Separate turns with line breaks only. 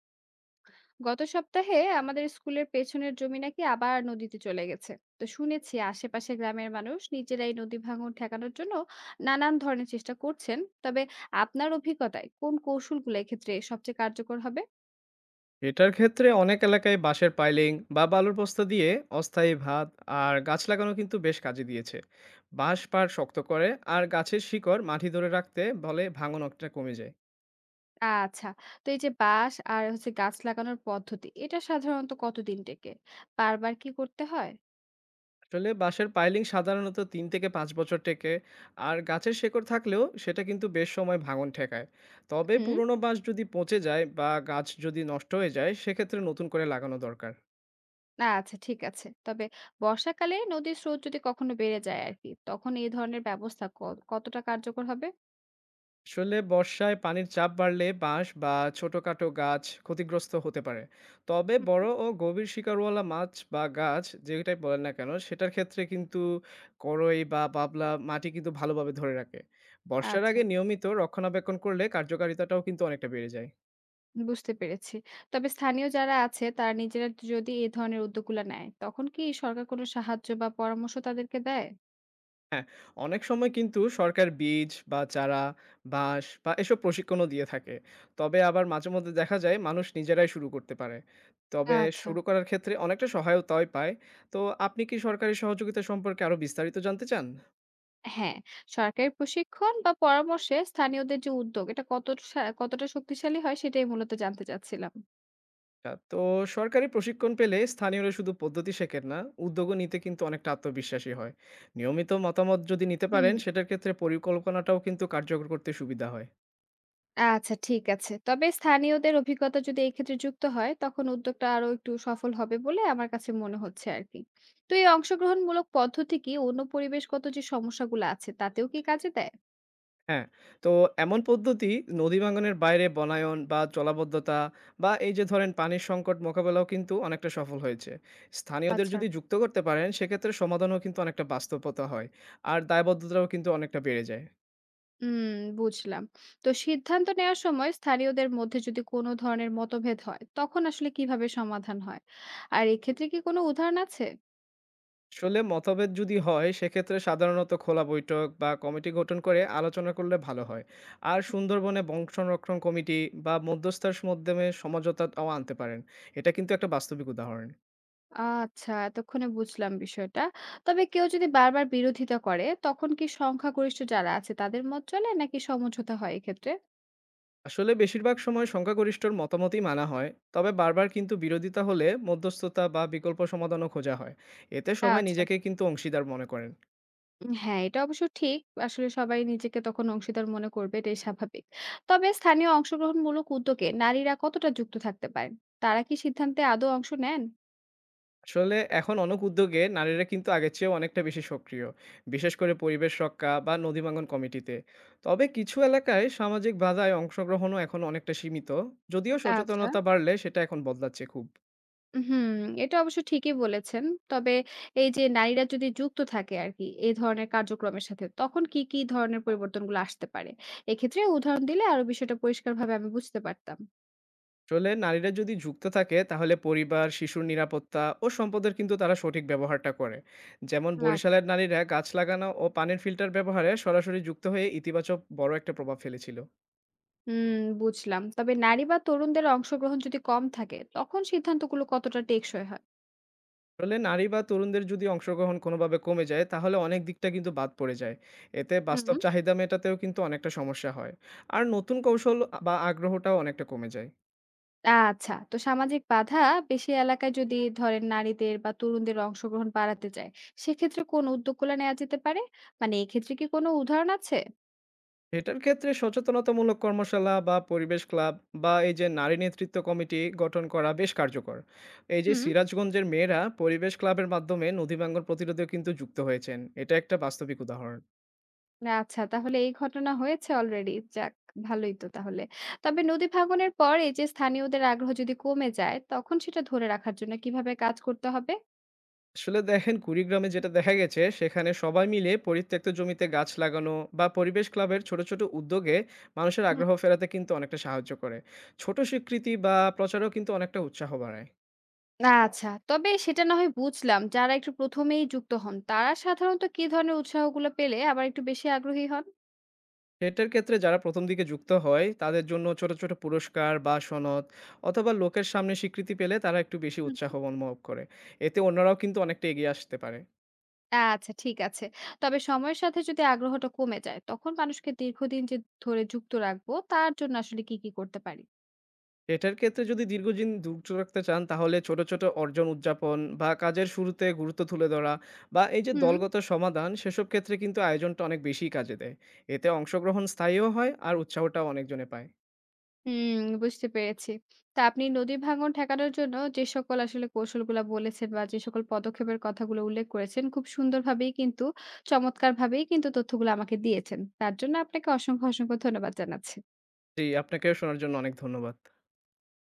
গত সপ্তাহে আমাদের স্কুলের পেছনের জমি নাকি আবার নদীতে চলে গেছে। তো শুনেছি আশেপাশে গ্রামের মানুষ নিজেরাই নদী ভাঙন ঠেকানোর জন্য নানান ধরনের চেষ্টা করছেন। তবে আপনার অভিজ্ঞতায় কোন কৌশলগুলো এক্ষেত্রে সবচেয়ে কার্যকর হবে?
এটার ক্ষেত্রে অনেক এলাকায় বাঁশের পাইলিং বা বালুর বস্তা দিয়ে অস্থায়ী ভাত আর গাছ লাগানো কিন্তু বেশ কাজে দিয়েছে বাঁশ পাড় শক্ত করে আর গাছের শিকড় মাটি ধরে রাখতে বলে ভাঙন অনেকটা কমে যায়।
আচ্ছা, তো এই যে বাঁশ আর হচ্ছে গাছ লাগানোর পদ্ধতি এটা সাধারণত কতদিন টেকে? বারবার কি করতে হয়?
আসলে বাঁশের পাইলিং সাধারণত ৩ থেকে ৫ বছর টেকে আর গাছের শেকড় থাকলেও সেটা কিন্তু বেশ সময় ভাঙন ঠেকায়। তবে
হুম।
পুরনো বাঁশ যদি পচে যায় বা গাছ যদি নষ্ট হয়ে যায় সেক্ষেত্রে নতুন করে লাগানো দরকার।
আচ্ছা ঠিক আছে। তবে বর্ষাকালে নদীর স্রোত যদি কখনো বেড়ে যায় আর কি তখন এই ধরনের ব্যবস্থা কতটা কার্যকর হবে?
আসলে বর্ষায় পানির চাপ বাড়লে বাঁশ বা ছোটখাটো গাছ ক্ষতিগ্রস্ত হতে পারে। তবে
হুম।
বড় ও গভীর শিকড়ওয়ালা মাছ বা গাছ যেটাই বলেন না কেন সেটার ক্ষেত্রে কিন্তু কড়ই বা বাবলা মাটি কিন্তু ভালোভাবে ধরে রাখে। বর্ষার
আচ্ছা,
আগে নিয়মিত রক্ষণাবেক্ষণ করলে কার্যকারিতাটাও কিন্তু অনেকটা বেড়ে যায়।
বুঝতে পেরেছি। তবে স্থানীয় যারা আছে তারা নিজেরা যদি এ ধরনের উদ্যোগগুলো নেয়, তখন কি সরকার কোনো সাহায্য বা পরামর্শ তাদেরকে দেয়?
হ্যাঁ, অনেক সময় কিন্তু সরকার বীজ বা চারা, বাঁশ বা এসব প্রশিক্ষণও দিয়ে থাকে। তবে আবার মাঝেমধ্যে দেখা যায় মানুষ নিজেরাই শুরু করতে পারে। তবে
আচ্ছা।
শুরু করার ক্ষেত্রে অনেকটা সহায়তাই পায়। তো আপনি কি সরকারি সহযোগিতা সম্পর্কে আরো বিস্তারিত জানতে চান?
হ্যাঁ, সরকারি প্রশিক্ষণ বা পরামর্শে স্থানীয়দের যে উদ্যোগ এটা কত কতটা শক্তিশালী হয় সেটাই মূলত জানতে চাচ্ছিলাম।
তো সরকারি প্রশিক্ষণ পেলে স্থানীয়রা শুধু পদ্ধতি শেখেন না, উদ্যোগও নিতে কিন্তু অনেকটা আত্মবিশ্বাসী হয়। নিয়মিত মতামত যদি নিতে
হুম।
পারেন, সেটার ক্ষেত্রে পরিকল্পনাটাও কিন্তু কার্যকর করতে সুবিধা হয়।
আচ্ছা ঠিক আছে। তবে স্থানীয়দের অভিজ্ঞতা যদি এই ক্ষেত্রে যুক্ত হয় তখন উদ্যোগটা আরো একটু সফল হবে বলে আমার কাছে মনে হচ্ছে আরকি। তো এই অংশগ্রহণমূলক পদ্ধতি কি অন্য পরিবেশগত যে সমস্যাগুলো আছে তাতেও কি কাজে দেয়?
হ্যাঁ, তো এমন পদ্ধতি নদী ভাঙ্গনের বাইরে বনায়ন বা জলাবদ্ধতা বা এই যে ধরেন পানির সংকট মোকাবেলাও কিন্তু অনেকটা সফল হয়েছে। স্থানীয়দের
আচ্ছা।
যদি যুক্ত করতে পারেন সেক্ষেত্রে সমাধানও কিন্তু অনেকটা বাস্তবতা হয়। আর দায়বদ্ধতাও কিন্তু অনেকটা বেড়ে যায়।
হুম, বুঝলাম। তো সিদ্ধান্ত নেওয়ার সময় স্থানীয়দের মধ্যে যদি কোনো ধরনের মতভেদ হয়, তখন আসলে কিভাবে সমাধান হয়? আর এক্ষেত্রে কি কোনো উদাহরণ আছে?
আসলে মতভেদ যদি হয় সেক্ষেত্রে সাধারণত খোলা বৈঠক বা কমিটি গঠন করে আলোচনা করলে ভালো হয়। আর সুন্দরবনে বন সংরক্ষণ কমিটি বা মধ্যস্থার মাধ্যমে সমঝোতাও আনতে পারেন। এটা কিন্তু একটা বাস্তবিক উদাহরণ।
আচ্ছা, এতক্ষণে বুঝলাম বিষয়টা। তবে কেউ যদি বারবার বিরোধিতা করে, তখন কি সংখ্যাগরিষ্ঠ যারা আছে তাদের মত চলে নাকি সমঝোতা হয় এক্ষেত্রে?
আসলে বেশিরভাগ সময় সংখ্যাগরিষ্ঠর মতামতই মানা হয়। তবে বারবার কিন্তু বিরোধিতা হলে মধ্যস্থতা বা বিকল্প সমাধানও খোঁজা হয়। এতে সবাই
আচ্ছা।
নিজেকে কিন্তু অংশীদার মনে করেন।
হ্যাঁ, এটা অবশ্য ঠিক। আসলে সবাই নিজেকে তখন অংশীদার মনে করবে, এটাই স্বাভাবিক। তবে স্থানীয় অংশগ্রহণমূলক উদ্যোগে নারীরা কতটা যুক্ত থাকতে পারেন? তারা কি সিদ্ধান্তে আদৌ অংশ নেন?
আসলে এখন অনেক উদ্যোগে নারীরা কিন্তু আগের চেয়ে অনেকটা বেশি সক্রিয়, বিশেষ করে পরিবেশ রক্ষা বা নদী ভাঙন কমিটিতে। তবে কিছু এলাকায় সামাজিক বাধায় অংশগ্রহণও এখন অনেকটা সীমিত, যদিও
আচ্ছা।
সচেতনতা বাড়লে সেটা এখন বদলাচ্ছে খুব।
হুম, এটা অবশ্য ঠিকই বলেছেন। তবে এই যে নারীরা যদি যুক্ত থাকে আরকি এই ধরনের কার্যক্রমের সাথে, তখন কি ধরনের পরিবর্তনগুলো আসতে পারে? এক্ষেত্রে উদাহরণ দিলে আরো বিষয়টা পরিষ্কারভাবে আমি বুঝতে পারতাম।
আসলে নারীরা যদি যুক্ত থাকে তাহলে পরিবার শিশুর নিরাপত্তা ও সম্পদের কিন্তু তারা সঠিক ব্যবহারটা করে। যেমন
আচ্ছা।
বরিশালের নারীরা গাছ লাগানো ও পানির ফিল্টার ব্যবহারে সরাসরি যুক্ত হয়ে ইতিবাচক বড় একটা প্রভাব ফেলেছিল।
হুম, বুঝলাম। তবে নারী বা তরুণদের অংশগ্রহণ যদি কম থাকে, তখন সিদ্ধান্তগুলো কতটা টেকসই হয়?
আসলে নারী বা তরুণদের যদি অংশগ্রহণ কোনোভাবে কমে যায় তাহলে অনেক দিকটা কিন্তু বাদ পড়ে যায়। এতে
হুম।
বাস্তব চাহিদা মেটাতেও কিন্তু অনেকটা সমস্যা হয়। আর নতুন কৌশল বা আগ্রহটাও অনেকটা কমে যায়।
আচ্ছা, তো সামাজিক বাধা বেশি এলাকায় যদি ধরেন নারীদের বা তরুণদের অংশগ্রহণ বাড়াতে চায়, সেক্ষেত্রে কোন উদ্যোগগুলো নেওয়া যেতে পারে? মানে এক্ষেত্রে কি কোনো উদাহরণ আছে?
এটার ক্ষেত্রে সচেতনতামূলক কর্মশালা বা পরিবেশ ক্লাব বা এই যে নারী নেতৃত্ব কমিটি গঠন করা বেশ কার্যকর। এই যে
হুম।
সিরাজগঞ্জের মেয়েরা পরিবেশ ক্লাবের মাধ্যমে নদী ভাঙ্গন প্রতিরোধে কিন্তু যুক্ত হয়েছেন, এটা একটা বাস্তবিক উদাহরণ।
আচ্ছা, তাহলে এই ঘটনা হয়েছে অলরেডি। যাক, ভালোই তো তাহলে। তবে নদী ভাঙনের পর এই যে স্থানীয়দের আগ্রহ যদি কমে যায়, তখন সেটা ধরে রাখার জন্য কিভাবে কাজ করতে হবে?
আসলে দেখেন কুড়িগ্রামে যেটা দেখা গেছে, সেখানে সবাই মিলে পরিত্যক্ত জমিতে গাছ লাগানো বা পরিবেশ ক্লাবের ছোট ছোট উদ্যোগে মানুষের
হুম।
আগ্রহ ফেরাতে কিন্তু অনেকটা সাহায্য করে। ছোট স্বীকৃতি বা প্রচারও কিন্তু অনেকটা উৎসাহ বাড়ায়।
আচ্ছা, তবে সেটা না হয় বুঝলাম। যারা একটু ১ম এই যুক্ত হন, তারা সাধারণত কি ধরনের উৎসাহগুলো পেলে আবার একটু বেশি আগ্রহী হন?
সেটার ক্ষেত্রে যারা ১ম দিকে যুক্ত হয়, তাদের জন্য ছোট, ছোট পুরস্কার বা সনদ অথবা লোকের সামনে স্বীকৃতি পেলে তারা একটু বেশি উৎসাহ
হুম।
অনুভব করে। এতে অন্যরাও কিন্তু অনেকটা এগিয়ে আসতে পারে।
আচ্ছা, ঠিক আছে। তবে সময়ের সাথে যদি আগ্রহটা কমে যায়, তখন মানুষকে দীর্ঘদিন যে ধরে যুক্ত রাখবো, তার জন্য আসলে কি করতে পারি?
এটার ক্ষেত্রে যদি দীর্ঘদিন ধৈর্য রাখতে চান, তাহলে ছোট, ছোট অর্জন উদযাপন বা কাজের শুরুতে গুরুত্ব তুলে ধরা বা এই যে
হুম।
দলগত সমাধান, সেসব ক্ষেত্রে কিন্তু আয়োজনটা অনেক বেশি কাজে দেয়। এতে অংশগ্রহণ স্থায়ীও হয় আর উৎসাহটাও অনেকজনে পায়।
হুম, বুঝতে পেরেছি। তো আপনি নদী ভাঙন ঠেকানোর জন্য যে সকল আসলে কৌশলগুলা বলেছেন বা যে সকল পদক্ষেপের কথাগুলো উল্লেখ করেছেন, খুব সুন্দরভাবেই কিন্তু চমৎকারভাবেই কিন্তু তথ্যগুলো আমাকে দিয়েছেন। তার জন্য আপনাকে অসংখ্য, অসংখ্য ধন্যবাদ জানাচ্ছি।
জি, আপনাকেও শোনার জন্য অনেক ধন্যবাদ।